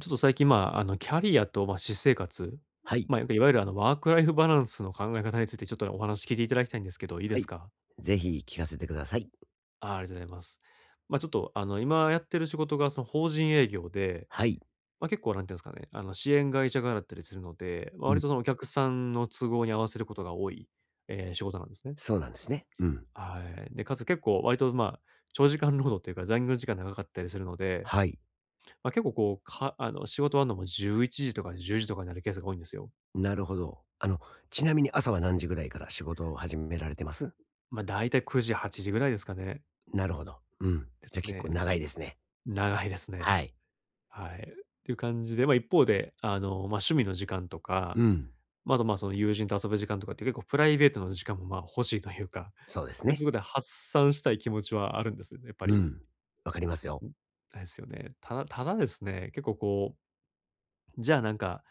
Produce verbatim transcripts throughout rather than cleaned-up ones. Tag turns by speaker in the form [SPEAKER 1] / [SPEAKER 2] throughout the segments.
[SPEAKER 1] ちょっと最近、まあ、あの、キャリアと、まあ、私生活、
[SPEAKER 2] はい。
[SPEAKER 1] まあ、いわゆる、あの、ワークライフバランスの考え方についてちょっとお話聞いていただきたいんですけど、いいで
[SPEAKER 2] は
[SPEAKER 1] す
[SPEAKER 2] い。
[SPEAKER 1] か？
[SPEAKER 2] ぜひ聞かせてください。
[SPEAKER 1] あ、ありがとうございます。まあ、ちょっと、あの、今やってる仕事がその法人営業で、
[SPEAKER 2] はい。
[SPEAKER 1] まあ、結構なんていうんですかね、あの、支援会社側だったりするので、まあ、
[SPEAKER 2] う
[SPEAKER 1] 割
[SPEAKER 2] ん。
[SPEAKER 1] とそのお客さんの都合に合わせることが多い、えー仕事なんですね。
[SPEAKER 2] そうなんですね。うん。
[SPEAKER 1] はい。で、かつ結構割と、まあ、長時間労働というか残業時間長かったりするので、
[SPEAKER 2] はい。
[SPEAKER 1] まあ、結構こう、かあの、仕事終わるのもじゅういちじとかじゅうじとかになるケースが多いんですよ。
[SPEAKER 2] なるほど。あの、ちなみに朝は何時ぐらいから仕事を始められてます？
[SPEAKER 1] まあ、だいたいくじ、はちじぐらいですかね。
[SPEAKER 2] なるほど。うん。
[SPEAKER 1] で
[SPEAKER 2] じゃ、
[SPEAKER 1] す
[SPEAKER 2] 結構
[SPEAKER 1] ね。
[SPEAKER 2] 長いですね。
[SPEAKER 1] 長いですね。
[SPEAKER 2] はい。
[SPEAKER 1] はい。っていう感じで、まあ、一方で、あの、まあ、趣味の時間とか、
[SPEAKER 2] うん。
[SPEAKER 1] ま、ああと、まあ、その友人と遊ぶ時間とかって結構プライベートの時間も、ま、欲しいというか、
[SPEAKER 2] そうです
[SPEAKER 1] ま
[SPEAKER 2] ね。
[SPEAKER 1] そこで発散したい気持ちはあるんですよね、やっぱ
[SPEAKER 2] う
[SPEAKER 1] り。
[SPEAKER 2] ん。わかりますよ。
[SPEAKER 1] ですよね。ただただですね、結構こう、じゃあなんか、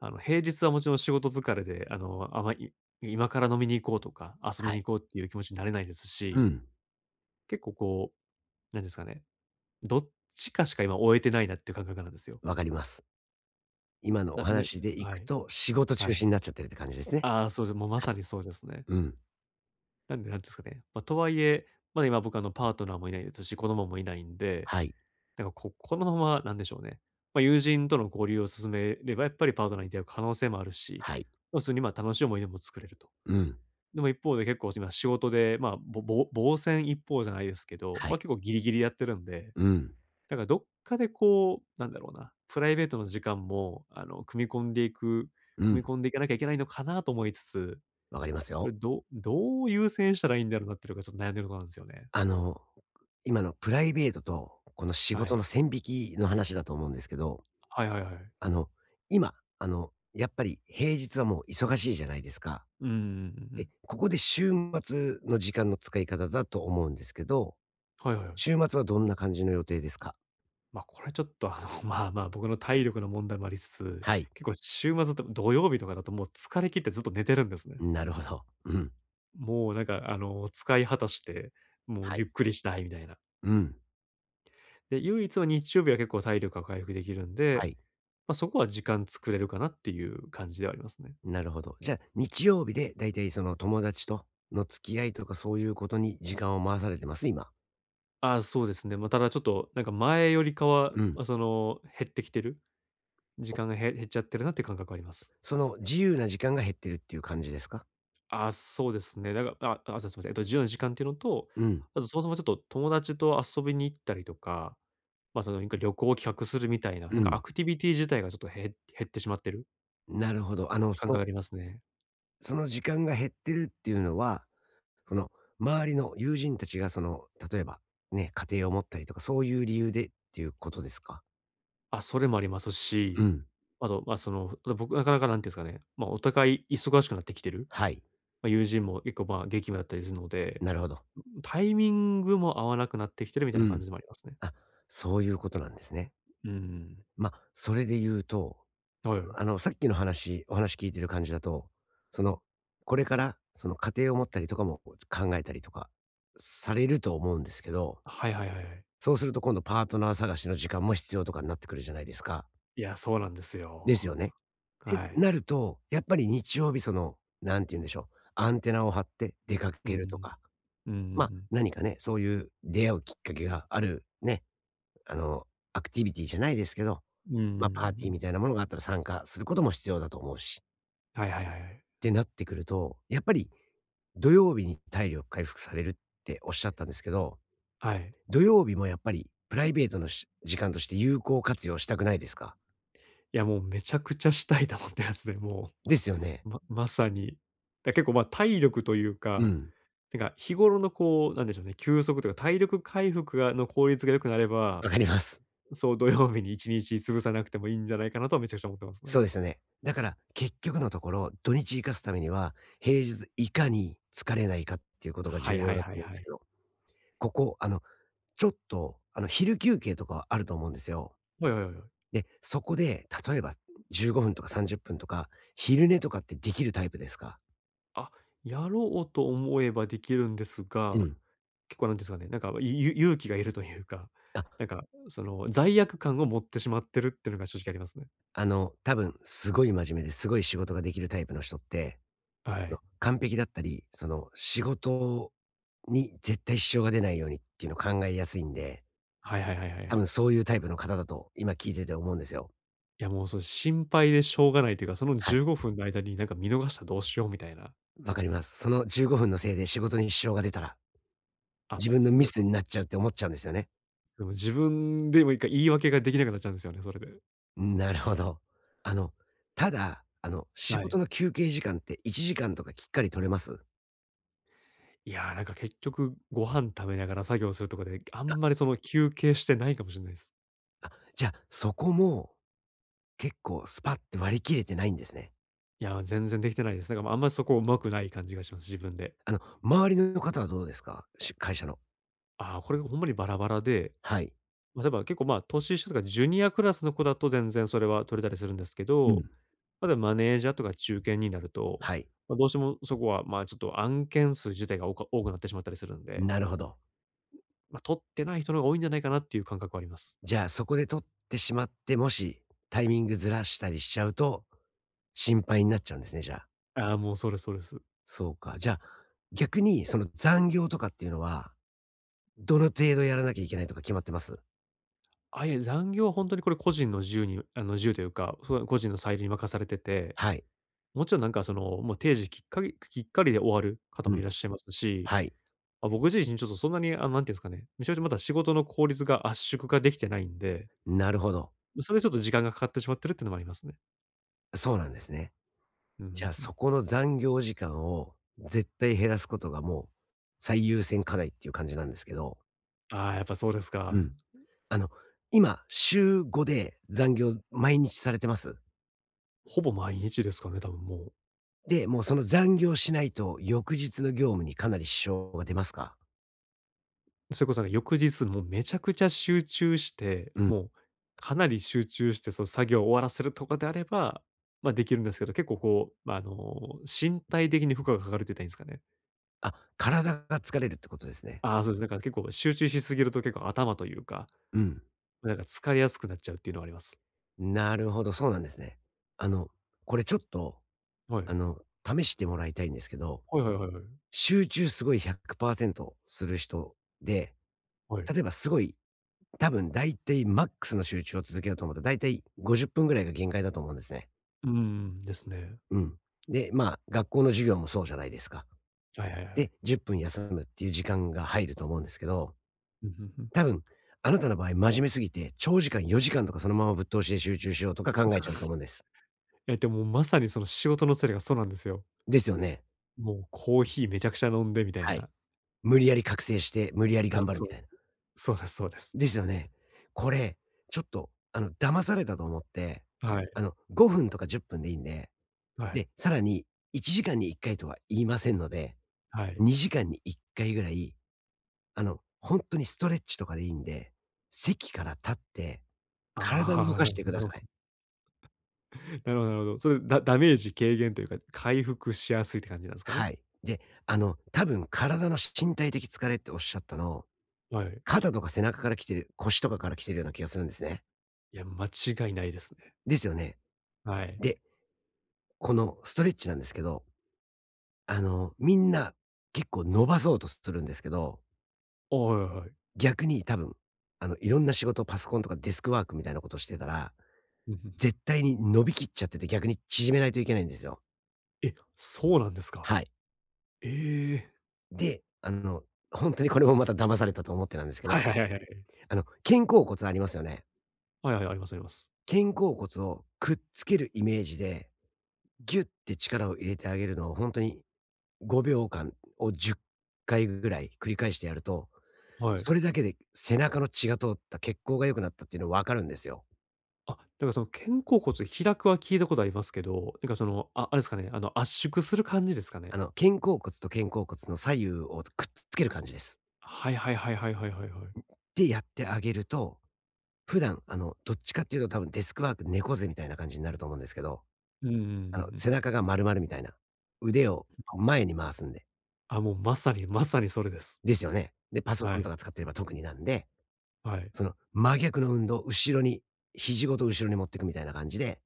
[SPEAKER 1] あの、平日はもちろん仕事疲れで、あの、あま、り今から飲みに行こうとか、遊
[SPEAKER 2] は
[SPEAKER 1] び
[SPEAKER 2] い。
[SPEAKER 1] に行こうっていう気持ちになれないです
[SPEAKER 2] う
[SPEAKER 1] し、
[SPEAKER 2] ん。
[SPEAKER 1] 結構こう、なんですかね、どっちかしか今終えてないなっていう感覚なんですよ。
[SPEAKER 2] わかります。今の
[SPEAKER 1] な
[SPEAKER 2] お
[SPEAKER 1] んで、
[SPEAKER 2] 話でい
[SPEAKER 1] は
[SPEAKER 2] く
[SPEAKER 1] い、
[SPEAKER 2] と、仕事
[SPEAKER 1] は
[SPEAKER 2] 中
[SPEAKER 1] い。
[SPEAKER 2] 心になっちゃってるって感じですね。
[SPEAKER 1] ああ、そうで、もうま
[SPEAKER 2] はい。
[SPEAKER 1] さにそうですね。
[SPEAKER 2] うん。
[SPEAKER 1] なんで、なんですかね、ま、とはいえ、まだ今僕あのパートナーもいないですし、子供もいないんで、
[SPEAKER 2] はい。
[SPEAKER 1] なんかここのままなんでしょうね、ま、友人との交流を進めれば、やっぱりパートナーに出会う可能性もあるし、
[SPEAKER 2] はい。
[SPEAKER 1] ま、普通にまあ楽しい思い出も作れると。
[SPEAKER 2] うん。
[SPEAKER 1] でも一方で結構今仕事で、まあ、ぼぼうぼうせん一方じゃないですけど、
[SPEAKER 2] は
[SPEAKER 1] ま、
[SPEAKER 2] い。
[SPEAKER 1] 結構ギリギリやってるんで、
[SPEAKER 2] うん。
[SPEAKER 1] だからどっかでこう、なんだろうな、プライベートの時間も、あの、組み込んでいく
[SPEAKER 2] うん。
[SPEAKER 1] 組み込んでいかなきゃいけないのかなと思いつつ、
[SPEAKER 2] わかります
[SPEAKER 1] こ
[SPEAKER 2] よ。
[SPEAKER 1] れどうどう優先したらいいんだろうなっていうのがちょっと悩んでるところなんですよね。
[SPEAKER 2] あの、今のプライベートと、この仕
[SPEAKER 1] は
[SPEAKER 2] 事の
[SPEAKER 1] い。
[SPEAKER 2] 線引きの話だと思うんですけど、
[SPEAKER 1] はいはいはい。
[SPEAKER 2] あの、今、あの、やっぱり平日はもう忙しいじゃないですか。
[SPEAKER 1] うんうんうんうん。
[SPEAKER 2] で、ここで週末の時間の使い方だと思うんですけど、
[SPEAKER 1] はいはいはい。
[SPEAKER 2] 週末はどんな感じの予定ですか？
[SPEAKER 1] ま、これちょっとあの、まあまあ、僕の体力の問題もありつつ、
[SPEAKER 2] はい、
[SPEAKER 1] 結構週末と土曜日とかだともう疲れ切ってずっと寝てるんですね。
[SPEAKER 2] なるほど。うん、
[SPEAKER 1] もうなんかあの、使い果たして、もう
[SPEAKER 2] は
[SPEAKER 1] ゆ
[SPEAKER 2] い。
[SPEAKER 1] っくりしたいみたいな。
[SPEAKER 2] うん、
[SPEAKER 1] で、唯一は日曜日は結構体力が回復できるん
[SPEAKER 2] は
[SPEAKER 1] で、
[SPEAKER 2] い、
[SPEAKER 1] まあ、そこは時間作れるかなっていう感じではありますね。
[SPEAKER 2] なるほど。じゃあ、日曜日でだいたいその友達との付き合いとかそういうことに時間を回されてます？今。
[SPEAKER 1] ああ、そうですね。まあ、ただちょっと、なんか前よりかは、
[SPEAKER 2] うん。
[SPEAKER 1] ま、その、減ってきてる、時間がへ減っちゃってるなっていう感覚はあります。
[SPEAKER 2] その自由な時間が減ってるっていう感じですか？
[SPEAKER 1] ああ、そうですね。だからあ、あ、すいません。えっと、自由な時間っていうのと、
[SPEAKER 2] うん、
[SPEAKER 1] あとそもそもちょっと友達と遊びに行ったりとか、まあ、その、なんか旅行を企画するみたいな、
[SPEAKER 2] う
[SPEAKER 1] なんかア
[SPEAKER 2] ん。
[SPEAKER 1] クティビティ自体がちょっと減減ってしまってる
[SPEAKER 2] なるほど。あの、そ
[SPEAKER 1] 感覚
[SPEAKER 2] の
[SPEAKER 1] がありますね。
[SPEAKER 2] その時間が減ってるっていうのは、その、周りの友人たちが、その、例えば、ね、家庭を持ったりとか、そういう理由でっていうことですか？
[SPEAKER 1] あ、それもあります
[SPEAKER 2] う
[SPEAKER 1] し、
[SPEAKER 2] ん。
[SPEAKER 1] あと、まあ、その、あと僕なかなか、なんていうんですかね、まあ、お互い忙しくなってきてる、
[SPEAKER 2] はい。
[SPEAKER 1] まあ、友人も結構、まあ、激務だったりするので、
[SPEAKER 2] なるほど。
[SPEAKER 1] タイミングも合わなくなってきてるみたい
[SPEAKER 2] う
[SPEAKER 1] な感
[SPEAKER 2] ん。
[SPEAKER 1] じでもありますね。
[SPEAKER 2] あ、そういうことなんですね。
[SPEAKER 1] うん。
[SPEAKER 2] まあ、それで言うと、
[SPEAKER 1] はい。
[SPEAKER 2] あの、さっきの話お話聞いてる感じだと、その、これから、その、家庭を持ったりとかも、こう、考えたりとかされると思うんですけど、
[SPEAKER 1] はいはいはいはい。
[SPEAKER 2] そうすると今度パートナー探しの時間も必要とかになってくるじゃないですか。
[SPEAKER 1] いや、そうなんです
[SPEAKER 2] ですよ
[SPEAKER 1] よ。
[SPEAKER 2] ね。って
[SPEAKER 1] はい。
[SPEAKER 2] なると、やっぱり日曜日その、何て言うんでしょう、アンテナを張って出か
[SPEAKER 1] う
[SPEAKER 2] けると
[SPEAKER 1] ん。
[SPEAKER 2] か、
[SPEAKER 1] うんうん
[SPEAKER 2] ま、
[SPEAKER 1] うん。
[SPEAKER 2] 何かね、そういう出会うきっかけがあるね、あの、アクティビティじゃないですけど、
[SPEAKER 1] うんうんうんうんうん
[SPEAKER 2] ま、パー
[SPEAKER 1] う
[SPEAKER 2] ティー
[SPEAKER 1] ん。
[SPEAKER 2] みたいなものがあったら参加することも必要だと思うし、
[SPEAKER 1] はいはいはいは
[SPEAKER 2] っ
[SPEAKER 1] い。
[SPEAKER 2] てなってくると、やっぱり土曜日に体力回復されるっておっしゃったんですけど、
[SPEAKER 1] はい。
[SPEAKER 2] 土曜日もやっぱりプライベートのし時間として有効活用したくないですか？
[SPEAKER 1] いや、もうめちゃくちゃしたいと思ってますね、も
[SPEAKER 2] ですよね。
[SPEAKER 1] う。ままさに。だ、結構、ま、体力という
[SPEAKER 2] う
[SPEAKER 1] か、
[SPEAKER 2] ん、
[SPEAKER 1] なんか日頃のこう、なんでしょうね、休息とか体力回復がの効率が良くなれば、
[SPEAKER 2] わかります。
[SPEAKER 1] そう土曜日にいちにち潰さなくてもいいんじゃないかなとはめちゃくちゃ思ってますね。
[SPEAKER 2] そうですよね。だから結局のところ、土日生かすためには、平日いかに疲れないかっていうことが
[SPEAKER 1] は
[SPEAKER 2] 重
[SPEAKER 1] いは
[SPEAKER 2] 要
[SPEAKER 1] い
[SPEAKER 2] だと
[SPEAKER 1] はい
[SPEAKER 2] 思うんで
[SPEAKER 1] は
[SPEAKER 2] す
[SPEAKER 1] い。
[SPEAKER 2] けど、ここ、あの、ちょっと、あの、昼休憩とかあると思うんですよ。
[SPEAKER 1] はいはいはいはい。
[SPEAKER 2] で、そこで、例えばじゅうごふんとかさんじゅっぷんとか、昼寝とかってできるタイプですか？
[SPEAKER 1] あ、やろうと思えばできるんです
[SPEAKER 2] う
[SPEAKER 1] が、
[SPEAKER 2] ん。
[SPEAKER 1] 結構なんですかね、なんかゆ勇気がいるというか、
[SPEAKER 2] あ、
[SPEAKER 1] なんかその罪悪感を持ってしまってるっていうのが正直ありますね。
[SPEAKER 2] あの、多分すごい真面目ですごい仕事ができるタイプの人って
[SPEAKER 1] は
[SPEAKER 2] の、
[SPEAKER 1] い。
[SPEAKER 2] 完璧だったり、その、仕事に絶対支障が出ないようにっていうのを考えやすいんで、
[SPEAKER 1] はいはいはいはいは
[SPEAKER 2] 多
[SPEAKER 1] い。
[SPEAKER 2] 分そういうタイプの方だと今聞いてて思うんですよ。
[SPEAKER 1] いや、もうそう心配でしょうがないというか、その
[SPEAKER 2] はい。
[SPEAKER 1] じゅうごふんの間になんか見逃したらどうしようみたいな。
[SPEAKER 2] わかります。そのじゅうごふんのせいで仕事に支障が出たら、
[SPEAKER 1] あ、
[SPEAKER 2] 自分の
[SPEAKER 1] そ
[SPEAKER 2] ミ
[SPEAKER 1] う
[SPEAKER 2] ス
[SPEAKER 1] そう。
[SPEAKER 2] になっちゃうって思っちゃうんですよね。
[SPEAKER 1] でも自分でもいいか言い訳ができなくなっちゃうんですよね、それで。
[SPEAKER 2] なるほど。あの、ただ、あの、仕
[SPEAKER 1] は
[SPEAKER 2] 事
[SPEAKER 1] い。
[SPEAKER 2] の休憩時間っていちじかんとかきっかり取れます？
[SPEAKER 1] いや、なんか結局ご飯食べながら作業するとかで、あ
[SPEAKER 2] あ、
[SPEAKER 1] んまりその休憩してないかもしれないです。
[SPEAKER 2] あ、じゃあ、そこも結構スパって割り切れてないんですね。
[SPEAKER 1] いや、全然できてないです。なんか、まあ、あんまりそこ上手くない感じがします、自分で。
[SPEAKER 2] あの、周りの方はどうですか？し会社の。
[SPEAKER 1] ああ、これほんまにバラバラで、
[SPEAKER 2] はい。
[SPEAKER 1] ま、例えば結構、まあ、年下とかジュニアクラスの子だと全然それは取れたりするんですけ
[SPEAKER 2] う
[SPEAKER 1] ど、
[SPEAKER 2] ん。
[SPEAKER 1] まだマネージャーとか中堅になると、
[SPEAKER 2] はい。
[SPEAKER 1] まあ、どうしてもそこは、ま、ちょっと案件数自体がおか多くなってしまったりするんで、
[SPEAKER 2] なるほど。
[SPEAKER 1] まあ、取ってない人の方が多いんじゃないかなっていう感覚はあります。
[SPEAKER 2] じゃあそこで取ってしまって、もしタイミングずらしたりしちゃうと、心配になっちゃうんですね、じゃあ。
[SPEAKER 1] ああ、もうそうですそうです。
[SPEAKER 2] そうか。じゃあ、逆にその残業とかっていうのは、どの程度やらなきゃいけないとか決まってます？
[SPEAKER 1] あ、いや、残業は本当にこれ個人の自由にあの、自由というか、そう、個人の裁量に任されてて、
[SPEAKER 2] はい。
[SPEAKER 1] もちろんなんかその、もう定時きっかりきっかりで終わる方
[SPEAKER 2] う
[SPEAKER 1] も
[SPEAKER 2] ん。
[SPEAKER 1] いらっしゃいますし、
[SPEAKER 2] はい。
[SPEAKER 1] ま、僕自身ちょっとそんなにあの、なんていうんですかね、めちゃめちゃまだ仕事の効率が圧縮ができてないんで、
[SPEAKER 2] なるほど。
[SPEAKER 1] ま、それでちょっと時間がかかってしまってるっていうのもありますね。
[SPEAKER 2] そうなんですね。
[SPEAKER 1] うんう
[SPEAKER 2] じゃあ
[SPEAKER 1] んうん。
[SPEAKER 2] そこの残業時間を絶対減らすことがもう最優先課題っていう感じなんですけど。
[SPEAKER 1] ああ、やっぱそうです
[SPEAKER 2] う
[SPEAKER 1] か。
[SPEAKER 2] ん。あの、今、週ごで残業毎日されてます？
[SPEAKER 1] ほぼ毎日ですかね、多分もう。
[SPEAKER 2] で、もうその残業しないと、翌日の業務にかなり支障が出ますか？
[SPEAKER 1] それこそなんか翌日もうめちゃくちゃ集中して、
[SPEAKER 2] うん。
[SPEAKER 1] もうかなり集中してその作業を終わらせるとかであれば、ま、できるんですけど、結構こう、ま、あの、身体的に負荷がかかるって言ったらいいんですかね。
[SPEAKER 2] あ、体が疲れるってことですね。
[SPEAKER 1] ああ、そうです。なんか結構集中しすぎると結構頭というか、
[SPEAKER 2] うん。
[SPEAKER 1] なんか疲れやすくなっちゃうっていうのはあります。
[SPEAKER 2] なるほど、そうなんですね。あの、これちょっと、
[SPEAKER 1] はい。
[SPEAKER 2] あの、試してもらいたいんですけど、
[SPEAKER 1] はいはいはいはい。
[SPEAKER 2] 集中すごいひゃくパーセントする人で、
[SPEAKER 1] はい。
[SPEAKER 2] 例えばすごい、多分だいたいマックスの集中を続けようと思ったら、だいたいごじゅっぷんぐらいが限界だと思うんですね。
[SPEAKER 1] うんうん、ですね。
[SPEAKER 2] うん。で、まあ、学校の授業もそうじゃないですか。
[SPEAKER 1] はいはいはい。
[SPEAKER 2] で、じゅっぷん休むっていう時間が入ると思うんですけど、
[SPEAKER 1] うん、んうん。
[SPEAKER 2] 多分、あなたの場合、真面目すぎて、長時間よじかんとかそのままぶっ通しで集中しようとか考えちゃうと思うんです。
[SPEAKER 1] え、でもまさにその仕事のせれがそうなんですよ。
[SPEAKER 2] ですよね？
[SPEAKER 1] もうコーヒーめちゃくちゃ飲んでみたい
[SPEAKER 2] はい。
[SPEAKER 1] な。
[SPEAKER 2] 無理やり覚醒して、無理やり
[SPEAKER 1] あ、
[SPEAKER 2] 頑張る
[SPEAKER 1] そ
[SPEAKER 2] みた
[SPEAKER 1] う、
[SPEAKER 2] いな。
[SPEAKER 1] そうですそうです。
[SPEAKER 2] ですよね？これ、ちょっと、あの、騙されたと思って、
[SPEAKER 1] はい、
[SPEAKER 2] あの、ごふんとかじゅっぷんでいいんで、
[SPEAKER 1] はい、
[SPEAKER 2] で、さらにいちじかんにいっかいとは言いませんので、
[SPEAKER 1] はい。
[SPEAKER 2] にじかんにいっかいぐらい、あの、本当にストレッチとかでいいんで、席から立って、体を動
[SPEAKER 1] ああ、
[SPEAKER 2] か
[SPEAKER 1] な
[SPEAKER 2] し
[SPEAKER 1] る
[SPEAKER 2] てくだ
[SPEAKER 1] ほ
[SPEAKER 2] さい。
[SPEAKER 1] ど。なるほどなるほど。それ、ダダメージ軽減というか、回復しやすいって感じなんですかね？
[SPEAKER 2] はい。で、あの、多分体の身体的疲れっておっしゃったの、
[SPEAKER 1] はい。
[SPEAKER 2] 肩とか背中から来てる、腰とかから来てるような気がするんですね。
[SPEAKER 1] いや、間違いないですね。
[SPEAKER 2] ですよね。
[SPEAKER 1] はい。
[SPEAKER 2] で、このストレッチなんですけど、あの、みんな結構伸ばそうとするんですけど、
[SPEAKER 1] はいはいおい。
[SPEAKER 2] 逆に多分、あの、いろんな仕事、パソコンとかデスクワークみたいなことをしてたら、
[SPEAKER 1] うん、んうん。
[SPEAKER 2] 絶対に伸びきっちゃってて逆に縮めないといけないんですよ。
[SPEAKER 1] え、そうなんですか？
[SPEAKER 2] はい。
[SPEAKER 1] ええ。
[SPEAKER 2] で、あの、本当にこれもまた騙されたと思ってなんですけど、
[SPEAKER 1] はいはいはいはい。
[SPEAKER 2] あの、肩甲骨ありますよね。
[SPEAKER 1] はいはい、ありますあります。
[SPEAKER 2] 肩甲骨をくっつけるイメージで、ギュッて力を入れてあげるのを本当にごびょうかんをじゅっかいぐらい繰り返してやると、
[SPEAKER 1] はい。
[SPEAKER 2] それだけで背中の血が通った血行が良くなったっていうの分かるんですよ。
[SPEAKER 1] あ、だかその肩甲骨開くは聞いたことありますけど、なんかその、あ、あれですかね、あの、圧縮する感じですかね？
[SPEAKER 2] あの、肩甲骨と肩甲骨の左右をくっつける感じです。
[SPEAKER 1] はいはいはいはいはいはいはい。
[SPEAKER 2] で、やってあげると、普段、あの、どっちかっていうと多分デスクワーク猫背みたいな感じになると思うんですけど、
[SPEAKER 1] うんうんうんう
[SPEAKER 2] あの、
[SPEAKER 1] ん。
[SPEAKER 2] 背中が丸まるみたいな。腕を前に回すんで。
[SPEAKER 1] あ、もうまさにまさにそれです。
[SPEAKER 2] ですよね。で、パソ
[SPEAKER 1] は
[SPEAKER 2] コンと
[SPEAKER 1] い。
[SPEAKER 2] か使ってれば特になんで
[SPEAKER 1] はい。
[SPEAKER 2] その真逆の運動、後ろに、肘ごと後ろに持っていくみたいな感じで、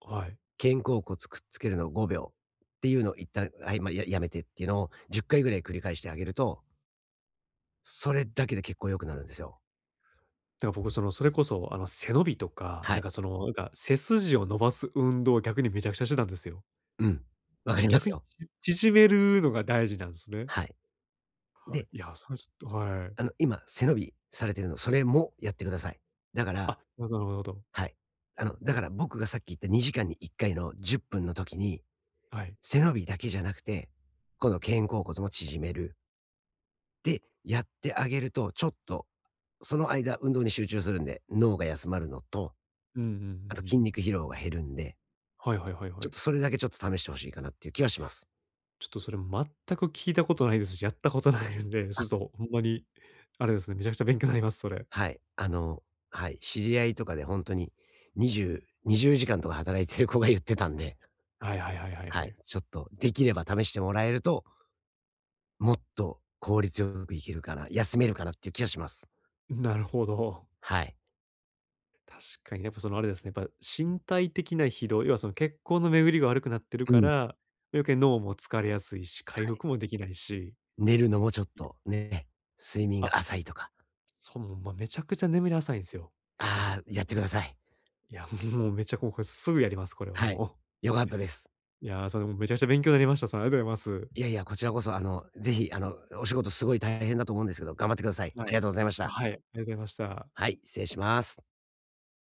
[SPEAKER 1] はい。
[SPEAKER 2] 肩甲骨くっつけるのをごびょうっていうのを一旦、はい、まあ、ややめてっていうのをじっかいぐらい繰り返してあげると、それだけで結構良くなるんですよ。
[SPEAKER 1] だから僕その、それこそあの、背伸びとか、
[SPEAKER 2] は
[SPEAKER 1] なん
[SPEAKER 2] い。
[SPEAKER 1] かその、なんか背筋を伸ばす運動を逆にめちゃくちゃしてたんですよ。
[SPEAKER 2] うん。わ
[SPEAKER 1] そ
[SPEAKER 2] か
[SPEAKER 1] の
[SPEAKER 2] りま
[SPEAKER 1] 逆
[SPEAKER 2] す
[SPEAKER 1] に
[SPEAKER 2] よ。
[SPEAKER 1] ち 縮めるのが大事なんですね。
[SPEAKER 2] はい。で、
[SPEAKER 1] いや、それはちょっとはい。
[SPEAKER 2] あの、今、背伸びされてるの、それもやってください。だから、
[SPEAKER 1] あ、なるほどなるほど。
[SPEAKER 2] はい。あの、だから僕がさっき言ったにじかんにいっかいのじゅっぷんの時に、
[SPEAKER 1] はい。
[SPEAKER 2] 背伸びだけじゃなくて、この肩甲骨も縮める。で、やってあげると、ちょっと、その間運動に集中するんで、脳が休まるのと、
[SPEAKER 1] うんうんうんうんう
[SPEAKER 2] あと筋
[SPEAKER 1] ん。
[SPEAKER 2] 肉疲労が減るんで、
[SPEAKER 1] はいはいはいは
[SPEAKER 2] ちょっ
[SPEAKER 1] い。
[SPEAKER 2] とそれだけちょっと試してほしいかなっていう気はします。
[SPEAKER 1] ちょっとそれ全く聞いたことないですし、やったことないんで、ち
[SPEAKER 2] あ、
[SPEAKER 1] ょっとほんまに、あれですね、めちゃくちゃ勉強になります、それ。
[SPEAKER 2] はい。あの、はい、知り合いとかで本当ににじゅう、にじゅうじかんとか働いてる子が言ってたんで、
[SPEAKER 1] はいはいはいはいは
[SPEAKER 2] はい、
[SPEAKER 1] い。
[SPEAKER 2] ちょっとできれば試してもらえると、もっと効率よくいけるかな、休めるかなっていう気はします。
[SPEAKER 1] なるほど。
[SPEAKER 2] はい。
[SPEAKER 1] 確かにやっぱそのあれですね、やっぱ身体的な疲労、要はその血行の巡りが悪くなってる
[SPEAKER 2] う
[SPEAKER 1] か
[SPEAKER 2] ん。
[SPEAKER 1] ら、余計脳も疲れやすいし、回復もできないし、
[SPEAKER 2] 寝るのもちょっとね、睡眠
[SPEAKER 1] あ、
[SPEAKER 2] が浅いとか、
[SPEAKER 1] そう、もう、まあ、めちゃくちゃ眠り浅いんですよ、やっぱり。
[SPEAKER 2] ああ、やってください。
[SPEAKER 1] いや、もうめちゃこれすぐやります、これは
[SPEAKER 2] はい。
[SPEAKER 1] もう。
[SPEAKER 2] 良かったです。
[SPEAKER 1] いやー、それもうめちゃくちゃ勉強になりました。それ、ありがとうございます。
[SPEAKER 2] いやいや、こちらこそ、あの、ぜひ、あの、お仕事すごい大変だと思うんですけど、頑張ってください。
[SPEAKER 1] は
[SPEAKER 2] ありが
[SPEAKER 1] い。
[SPEAKER 2] とうございました。
[SPEAKER 1] はい、ありがとうございました。
[SPEAKER 2] はい、失礼します。